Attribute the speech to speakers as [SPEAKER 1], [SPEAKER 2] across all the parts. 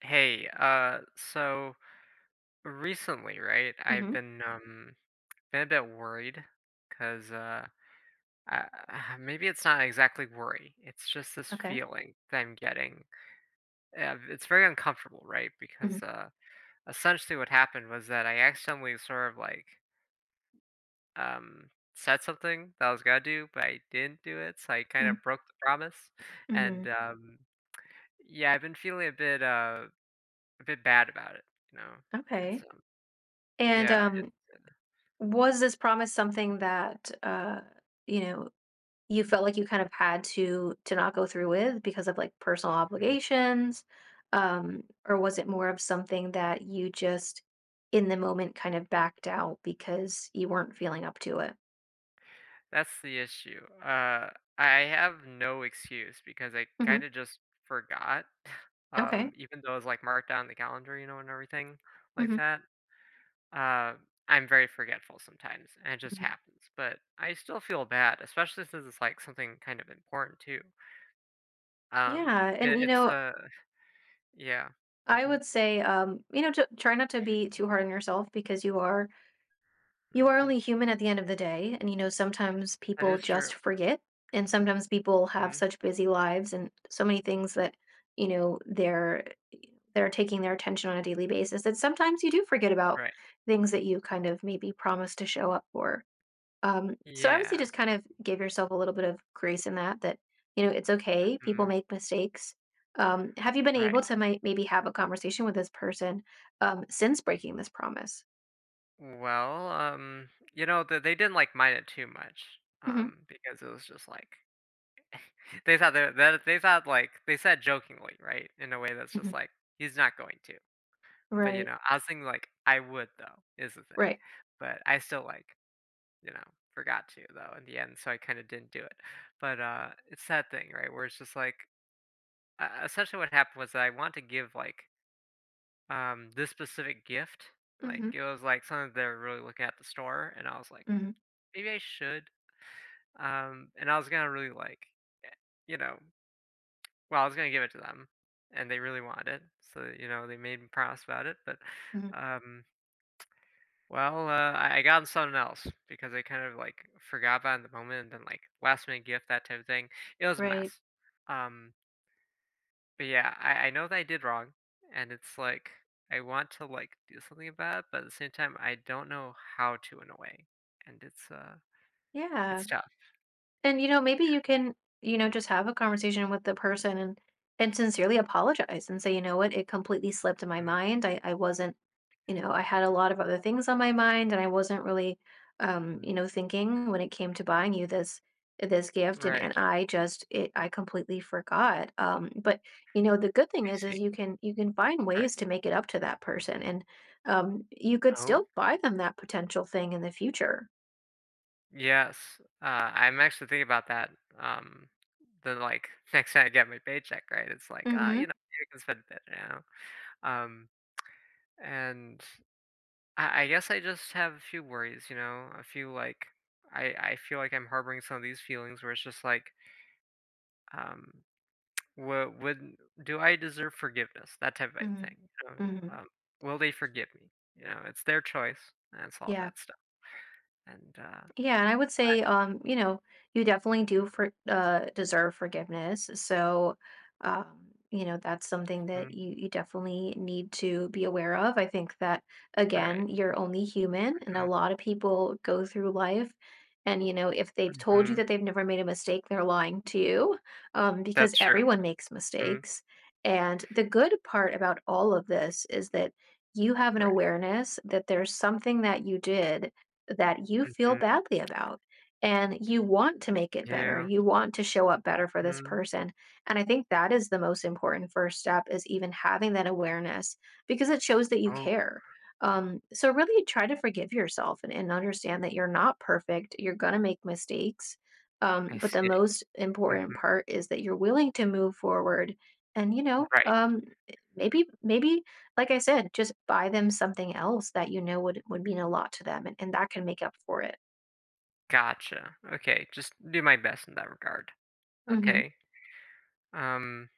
[SPEAKER 1] Hey, so recently, right, I've
[SPEAKER 2] Mhm.
[SPEAKER 1] been been a bit worried because I, maybe it's not exactly worry. It's just this
[SPEAKER 2] Okay.
[SPEAKER 1] feeling that I'm getting. It's very uncomfortable, right? Because
[SPEAKER 2] Mhm.
[SPEAKER 1] uh essentially what happened was that I accidentally sort of like said something that I was gonna do, but I didn't do it, so I kind
[SPEAKER 2] Mm,
[SPEAKER 1] of broke the promise.
[SPEAKER 2] mhm.
[SPEAKER 1] And yeah, I've been feeling a bit a bit bad about it, you know, because
[SPEAKER 2] Okay.
[SPEAKER 1] um
[SPEAKER 2] And,
[SPEAKER 1] yeah.
[SPEAKER 2] um, was this promise something that, you know, you felt like you kind of had to not go through with because of, like, personal
[SPEAKER 1] Mhm.
[SPEAKER 2] obligations? Or was it more of something that you just, in the moment, kind of backed out because you weren't feeling up to it?
[SPEAKER 1] That's the issue. I have no excuse because I
[SPEAKER 2] Mhm.
[SPEAKER 1] kind of just forgot.
[SPEAKER 2] Okay.
[SPEAKER 1] Even though it's like marked down in the calendar, you know, and everything like
[SPEAKER 2] Mhm.
[SPEAKER 1] that. Uh, I'm very forgetful sometimes, and it just
[SPEAKER 2] Mhm.
[SPEAKER 1] happens. But I still feel bad, especially since it's like something kind of important too.
[SPEAKER 2] Yeah,
[SPEAKER 1] Um,
[SPEAKER 2] and,
[SPEAKER 1] it,
[SPEAKER 2] you
[SPEAKER 1] it's
[SPEAKER 2] know,
[SPEAKER 1] uh, yeah,
[SPEAKER 2] I
[SPEAKER 1] mm-hmm,
[SPEAKER 2] would say, you know, to try not to be too hard on yourself, because you are
[SPEAKER 1] mm-hmm.
[SPEAKER 2] only human at the end of the day, and you know sometimes
[SPEAKER 1] That
[SPEAKER 2] people
[SPEAKER 1] is
[SPEAKER 2] just
[SPEAKER 1] true.
[SPEAKER 2] forget, and sometimes people have
[SPEAKER 1] Mhm.
[SPEAKER 2] such busy lives and so many things that you know they're taking their attention on a daily basis, that sometimes you do forget about
[SPEAKER 1] Right.
[SPEAKER 2] things that you kind of maybe promised to show up for. So I would say
[SPEAKER 1] Yeah.
[SPEAKER 2] just kind of give yourself a little bit of grace in that, you know, it's okay, people
[SPEAKER 1] Mhm.
[SPEAKER 2] make mistakes. Have you been able
[SPEAKER 1] Right.
[SPEAKER 2] to maybe have a conversation with this person, since breaking this promise?
[SPEAKER 1] Well, you know, th they didn't, like, mind it too much,
[SPEAKER 2] Hmm.
[SPEAKER 1] because it was just, like they thought, like they said jokingly, right, in a way that's just,
[SPEAKER 2] Hmm.
[SPEAKER 1] like, "He's not going to." But, you
[SPEAKER 2] Right.
[SPEAKER 1] know, I was thinking, like, "I would, though," is the thing.
[SPEAKER 2] Right.
[SPEAKER 1] But I still, like, you know, forgot to, though, in the end, so I kinda didn't do it. But it's that thing, right, where it's just, like essentially what happened was that I want to give, like, this specific gift. Like,
[SPEAKER 2] Mhm,
[SPEAKER 1] it was, like, something they were really looking at the store, and I was like,
[SPEAKER 2] mhm,
[SPEAKER 1] "Maybe I should." And I was gonna really like, eh, you know, well, I was gonna give it to them, and they really wanted it, so you know they made me promise about it. But
[SPEAKER 2] mhm.
[SPEAKER 1] um, well, uh, I, I got 'em something else because I kind of like forgot about it in the moment, and then like last minute gift, that type of thing. It was a
[SPEAKER 2] Right.
[SPEAKER 1] mess. Um, but yeah, I know that I did wrong, and it's like I want to like do something about it, but at the same time, I don't know how to in a way, and
[SPEAKER 2] Yeah,
[SPEAKER 1] it's tough.
[SPEAKER 2] and, maybe you can, just have a conversation with the person and sincerely apologize and say, "You know what? It completely slipped in my
[SPEAKER 1] Mhm.
[SPEAKER 2] mind. I wasn't, you know, I had a lot of other things on my mind, and I wasn't really, you know, thinking when it came to buying you this gift, and
[SPEAKER 1] Right,
[SPEAKER 2] and I just it I completely forgot." But, you know, the good thing
[SPEAKER 1] I
[SPEAKER 2] is,
[SPEAKER 1] see.
[SPEAKER 2] you can find
[SPEAKER 1] Right.
[SPEAKER 2] ways to make it up to that person, and, you could still
[SPEAKER 1] No.
[SPEAKER 2] buy them that potential thing in the future.
[SPEAKER 1] Yes, I'm actually thinking about that, um, the, like, next time I get my paycheck, right, it's like, "Ah,
[SPEAKER 2] Mhm,
[SPEAKER 1] you know, maybe I can spend it," you know? Um, and I guess I just have a few worries, you know? A few like I feel like I'm harboring some of these feelings where it's just like, um, would do I deserve forgiveness? That type of
[SPEAKER 2] mhm,
[SPEAKER 1] thing, you know?
[SPEAKER 2] mhm.
[SPEAKER 1] Um, will they forgive me? You know, it's their choice, and it's all
[SPEAKER 2] Yeah.
[SPEAKER 1] that stuff, and
[SPEAKER 2] Yeah, and I would say, you know, you definitely do for deserve forgiveness. So, you know, that's something that
[SPEAKER 1] mm,
[SPEAKER 2] you definitely need to be aware of. I think that,
[SPEAKER 1] right,
[SPEAKER 2] again, you're only human, and a lot of people go through life, and, you know, if they've
[SPEAKER 1] mhm,
[SPEAKER 2] told you
[SPEAKER 1] mhm,
[SPEAKER 2] that they've never made a mistake, they're lying to you, because
[SPEAKER 1] that's true,
[SPEAKER 2] everyone makes
[SPEAKER 1] mhm,
[SPEAKER 2] mistakes. And the good part about all of this is that you have an
[SPEAKER 1] right.
[SPEAKER 2] awareness that there's something that you did that you feel
[SPEAKER 1] Mhm.
[SPEAKER 2] badly about, and you want to make it better.
[SPEAKER 1] Yeah.
[SPEAKER 2] You want to show up better for this
[SPEAKER 1] Mm.
[SPEAKER 2] person. And I think that is the most important first step, is even having that awareness, because it shows that you
[SPEAKER 1] Oh,
[SPEAKER 2] care. So really try to forgive yourself and understand that you're not perfect. You're going to make mistakes.
[SPEAKER 1] I
[SPEAKER 2] But the
[SPEAKER 1] see.
[SPEAKER 2] most important
[SPEAKER 1] Mhm.
[SPEAKER 2] part is that you're willing to move forward and, you know,
[SPEAKER 1] Right.
[SPEAKER 2] maybe like I said, just buy them something else that you know would mean a lot to them, and that can make up for it.
[SPEAKER 1] Gotcha. Okay. Just do my best in that regard.
[SPEAKER 2] Mhm.
[SPEAKER 1] Okay. Um,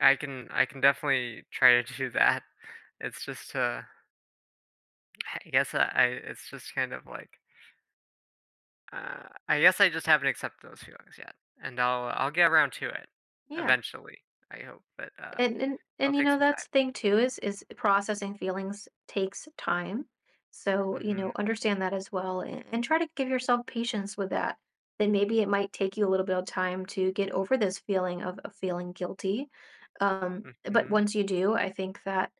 [SPEAKER 1] I can definitely try to do that. It's just I guess I it's just kind of like I guess I just haven't accepted those feelings yet, and I'll get around to it
[SPEAKER 2] Yeah.
[SPEAKER 1] eventually. I hope, but
[SPEAKER 2] And and
[SPEAKER 1] I'll
[SPEAKER 2] and, you
[SPEAKER 1] take
[SPEAKER 2] know,
[SPEAKER 1] some
[SPEAKER 2] that's
[SPEAKER 1] time.
[SPEAKER 2] the thing too, is processing feelings takes time. So, you
[SPEAKER 1] Mhm.
[SPEAKER 2] know, understand that as well, and try to give yourself patience with that. Then maybe it might take you a little bit of time to get over this feeling of feeling guilty. But
[SPEAKER 1] Mhm.
[SPEAKER 2] once you do, I think that,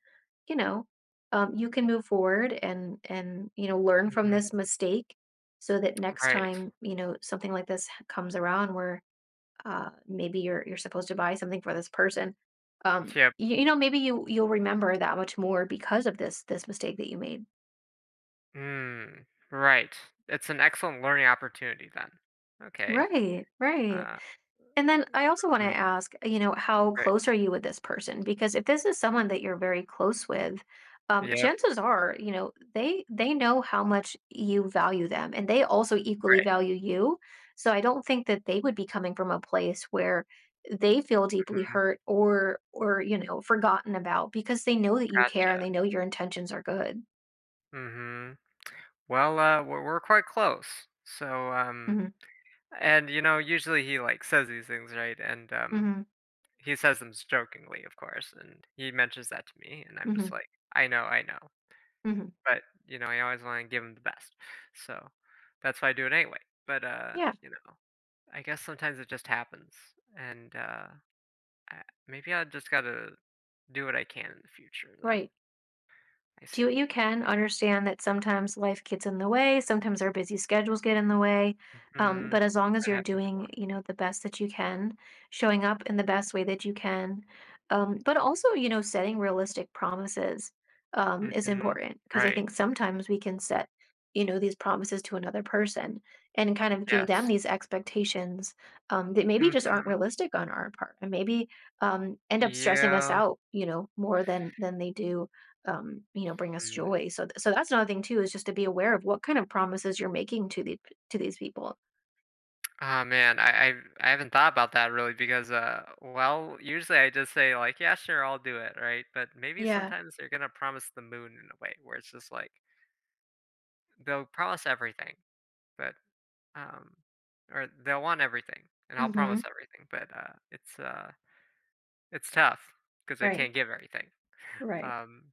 [SPEAKER 2] you know, you can move forward, and you know, learn from this
[SPEAKER 1] Mm-hmm.
[SPEAKER 2] mistake, so that next
[SPEAKER 1] Right.
[SPEAKER 2] time, you know, something like this comes around, where maybe you're supposed to buy something for this person,
[SPEAKER 1] Yep.
[SPEAKER 2] you, you know maybe you'll remember that much more because of this mistake that you made.
[SPEAKER 1] Mm, right. It's an excellent learning opportunity then. Okay.
[SPEAKER 2] Right, right.
[SPEAKER 1] Uh,
[SPEAKER 2] And then I also want to
[SPEAKER 1] mhm,
[SPEAKER 2] ask, you know, how
[SPEAKER 1] right.
[SPEAKER 2] close are you with this person? Because if this is someone that you're very close with,
[SPEAKER 1] Yep,
[SPEAKER 2] chances are, you know, they know how much you value them, and they also equally
[SPEAKER 1] right.
[SPEAKER 2] value you. So I don't think that they would be coming from a place where they feel deeply
[SPEAKER 1] Mhm,
[SPEAKER 2] hurt or, you know, forgotten about, because they know that you care
[SPEAKER 1] gotcha.
[SPEAKER 2] and they know your intentions are good.
[SPEAKER 1] Mhm. Well, we're quite close. So,
[SPEAKER 2] Mm-hmm,
[SPEAKER 1] and you know, usually he like says these things, right? And
[SPEAKER 2] mm-hmm,
[SPEAKER 1] He says them jokingly, of course, and he mentions that to me, and I'm
[SPEAKER 2] mm-hmm.
[SPEAKER 1] just like, I know,
[SPEAKER 2] Hmm.
[SPEAKER 1] but you know, I always want to give him the best, so that's why I do it anyway. But
[SPEAKER 2] Yeah,
[SPEAKER 1] You know, I guess sometimes it just happens, and. Uh, Maybe I just gotta do what I can in the future then.
[SPEAKER 2] right.
[SPEAKER 1] I
[SPEAKER 2] Do what
[SPEAKER 1] see.
[SPEAKER 2] you can. Understand that sometimes life gets in the way, sometimes our busy schedules get in the way.
[SPEAKER 1] Mhm.
[SPEAKER 2] But as long as
[SPEAKER 1] That
[SPEAKER 2] you're
[SPEAKER 1] happens a
[SPEAKER 2] doing,
[SPEAKER 1] lot.
[SPEAKER 2] you know, the best that you can, showing up in the best way that you can, but also, you know, setting realistic promises is
[SPEAKER 1] Mhm.
[SPEAKER 2] important, because I
[SPEAKER 1] Right.
[SPEAKER 2] think sometimes we can set, you know, these promises to another person and kind of give them
[SPEAKER 1] Yes.
[SPEAKER 2] these expectations, that maybe just aren't
[SPEAKER 1] Mhm.
[SPEAKER 2] realistic on our part, and maybe end up stressing us
[SPEAKER 1] Yeah.
[SPEAKER 2] out, you know, more than they do, you know, bring us
[SPEAKER 1] Mm.
[SPEAKER 2] joy. So that's another thing too, is just to be aware of what kind of promises you're making to these people.
[SPEAKER 1] Oh man, I haven't thought about that really because well usually I just say like yeah sure I'll do it right but maybe
[SPEAKER 2] Yeah.
[SPEAKER 1] sometimes they're gonna promise the moon in a way where it's just like they'll promise everything but um or they'll want everything and I'll
[SPEAKER 2] Mm-hmm.
[SPEAKER 1] promise everything but it's tough because they
[SPEAKER 2] Right.
[SPEAKER 1] can't give everything.
[SPEAKER 2] Right.
[SPEAKER 1] Um,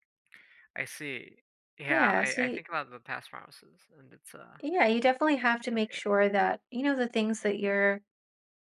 [SPEAKER 1] I see. Yeah,
[SPEAKER 2] Yeah,
[SPEAKER 1] I
[SPEAKER 2] see,
[SPEAKER 1] think about the past promises, and
[SPEAKER 2] yeah, you definitely have to make
[SPEAKER 1] okay.
[SPEAKER 2] sure that you know the things that you're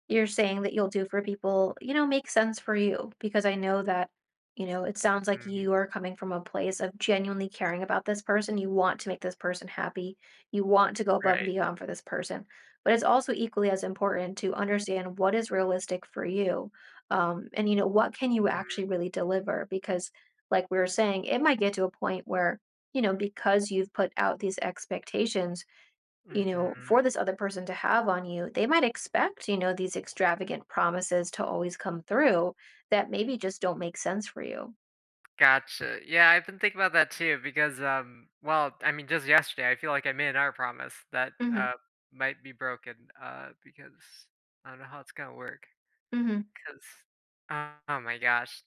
[SPEAKER 2] you're saying that you'll do for people, you know, makes sense for you, because I know that, you know, it sounds like
[SPEAKER 1] Mm,
[SPEAKER 2] you are coming from a place of genuinely caring about this person. You want to make this person happy. You want to go above and
[SPEAKER 1] right.
[SPEAKER 2] beyond for this person. But it's also equally as important to understand what is realistic for you. And, you know, what can you
[SPEAKER 1] Mhm,
[SPEAKER 2] actually really deliver? Because, like we were saying, it might get to a point where, you know, because you've put out these expectations, you
[SPEAKER 1] mhm.
[SPEAKER 2] know, for this other person to have on you, they might expect, you know, these extravagant promises to always come through that maybe just don't make sense for you.
[SPEAKER 1] Gotcha. Yeah, I've been thinking about that too because, well, I mean, just yesterday, I feel like I made another promise that,
[SPEAKER 2] Hmm.
[SPEAKER 1] might be broken, because I don't know how it's gonna work.
[SPEAKER 2] Hmm.
[SPEAKER 1] 'Cause oh my gosh.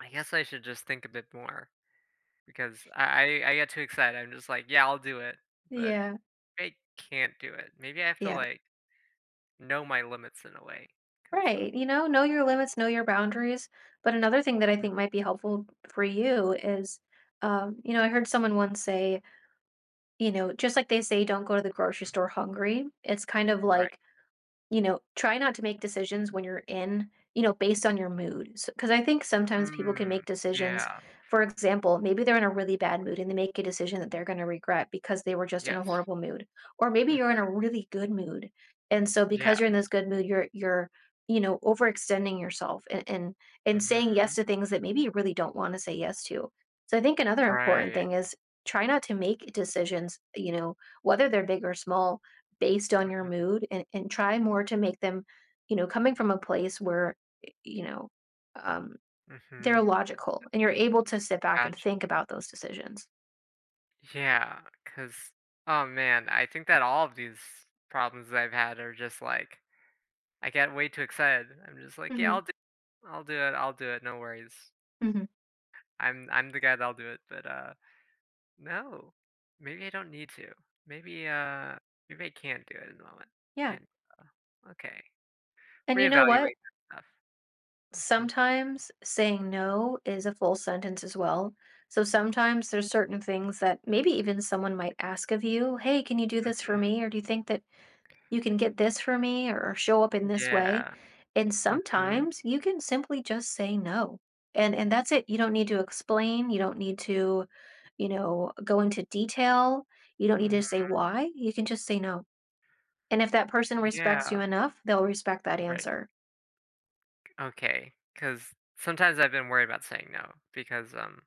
[SPEAKER 1] I guess I should just think a bit more because I get too excited. I'm just like, "Yeah, I'll do it," but
[SPEAKER 2] Yeah,
[SPEAKER 1] I can't do it. Maybe I have to,
[SPEAKER 2] yeah,
[SPEAKER 1] like, know my limits in a way, 'cause,
[SPEAKER 2] right.
[SPEAKER 1] um
[SPEAKER 2] You know your limits, know your boundaries. But another thing that I
[SPEAKER 1] mm,
[SPEAKER 2] think might be helpful for you is, you know, I heard someone once say, you know, just like they say, don't go to the grocery store hungry. It's kind of
[SPEAKER 1] right.
[SPEAKER 2] like. You know, try not to make decisions when you know, based on your mood. Because I think sometimes people can
[SPEAKER 1] Mm,
[SPEAKER 2] make decisions.
[SPEAKER 1] yeah.
[SPEAKER 2] For example, maybe they're in a really bad mood, and they make a decision that they're gonna regret because they were just in
[SPEAKER 1] Yes.
[SPEAKER 2] a horrible mood. Or maybe you're in
[SPEAKER 1] Mhm.
[SPEAKER 2] a really good mood, and so because
[SPEAKER 1] Yeah.
[SPEAKER 2] you're in this good mood, you're, you know, overextending yourself, and saying yes
[SPEAKER 1] Mhm.
[SPEAKER 2] to things that maybe you really don't wanna say yes to. So I think another important
[SPEAKER 1] Right.
[SPEAKER 2] thing is, try not to make decisions, you know, whether they're big or small, based on your
[SPEAKER 1] Mhm.
[SPEAKER 2] mood, and try more to make them, you know, coming from a place where, you know, um, they're
[SPEAKER 1] Mhm.
[SPEAKER 2] logical and you're able to sit back and
[SPEAKER 1] Gotcha.
[SPEAKER 2] think about those decisions.
[SPEAKER 1] Yeah, 'cause oh, man, I think that all of these problems that I've had are just, like I get way too excited. I'm just like, "Yeah,
[SPEAKER 2] Hmm.
[SPEAKER 1] I'll do it, no worries.
[SPEAKER 2] Hmm.
[SPEAKER 1] I'm the guy that'll do it," but, No. Maybe I don't need to. Maybe, uh, Maybe I can do it in the moment.
[SPEAKER 2] Yeah.
[SPEAKER 1] And okay,
[SPEAKER 2] And you know what?
[SPEAKER 1] reevaluate that stuff. Mhm.
[SPEAKER 2] Sometimes saying no is a full sentence as well. So sometimes there's certain things that maybe even someone might ask of you. Hey, can you do this for
[SPEAKER 1] Mhm.
[SPEAKER 2] me? Or do you think that you can get this for me or show up in this way?
[SPEAKER 1] Yeah.
[SPEAKER 2] And
[SPEAKER 1] Mhm.
[SPEAKER 2] sometimes you can simply just say no. And that's it. You don't need to explain, you don't need to, you know, go into detail. You don't need to
[SPEAKER 1] Mhm.
[SPEAKER 2] say why. You can just say no. And if that person respects you
[SPEAKER 1] Yeah.
[SPEAKER 2] enough, they'll respect that
[SPEAKER 1] Right.
[SPEAKER 2] answer.
[SPEAKER 1] Okay. Because sometimes I've been worried about saying no because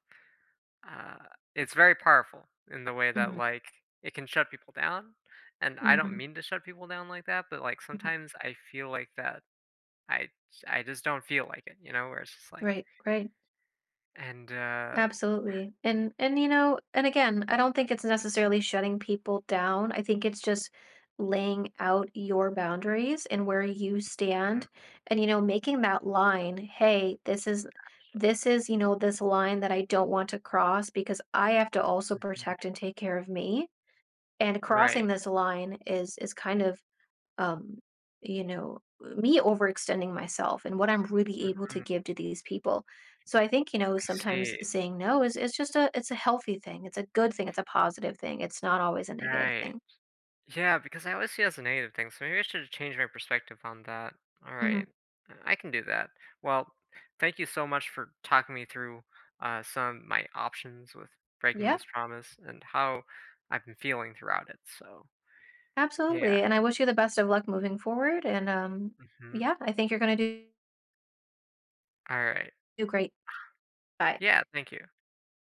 [SPEAKER 1] uh it's very powerful in the way that
[SPEAKER 2] Mhm.
[SPEAKER 1] like it can shut people down, and I don't
[SPEAKER 2] Mhm.
[SPEAKER 1] mean to shut people down like that, but like
[SPEAKER 2] Mhm.
[SPEAKER 1] sometimes I feel like that I I just don't feel like it, you know, where it's just like
[SPEAKER 2] Right, right.
[SPEAKER 1] and
[SPEAKER 2] Absolutely. And you know, and again, I don't think it's necessarily shutting people down. I think it's just laying out your boundaries and where you stand, and, you know, making that line, hey, this is, you know, this line that I don't want to cross, because I have to also
[SPEAKER 1] Mhm.
[SPEAKER 2] protect and take care of me. And crossing
[SPEAKER 1] Right.
[SPEAKER 2] this line is kind of, um, you know, me overextending myself and what I'm really able to
[SPEAKER 1] Mm,
[SPEAKER 2] give to these people. So I think, you know,
[SPEAKER 1] I
[SPEAKER 2] sometimes
[SPEAKER 1] see.
[SPEAKER 2] saying no is it's just a it's a healthy thing. It's a good thing. It's a positive thing. It's not always a negative
[SPEAKER 1] Right.
[SPEAKER 2] thing.
[SPEAKER 1] Yeah, because I always see it as a negative thing, so maybe I should change my perspective on that. All
[SPEAKER 2] Hmm.
[SPEAKER 1] right. I can do that. Well, thank you so much for talking me through some of my options with breaking
[SPEAKER 2] Yeah,
[SPEAKER 1] this promise and how I've been feeling throughout it. So, yeah.
[SPEAKER 2] absolutely. And I wish you the best of luck moving forward. And
[SPEAKER 1] Hmm.
[SPEAKER 2] yeah, I think you're gonna do,
[SPEAKER 1] All right.
[SPEAKER 2] do great. Bye.
[SPEAKER 1] Yeah, thank you.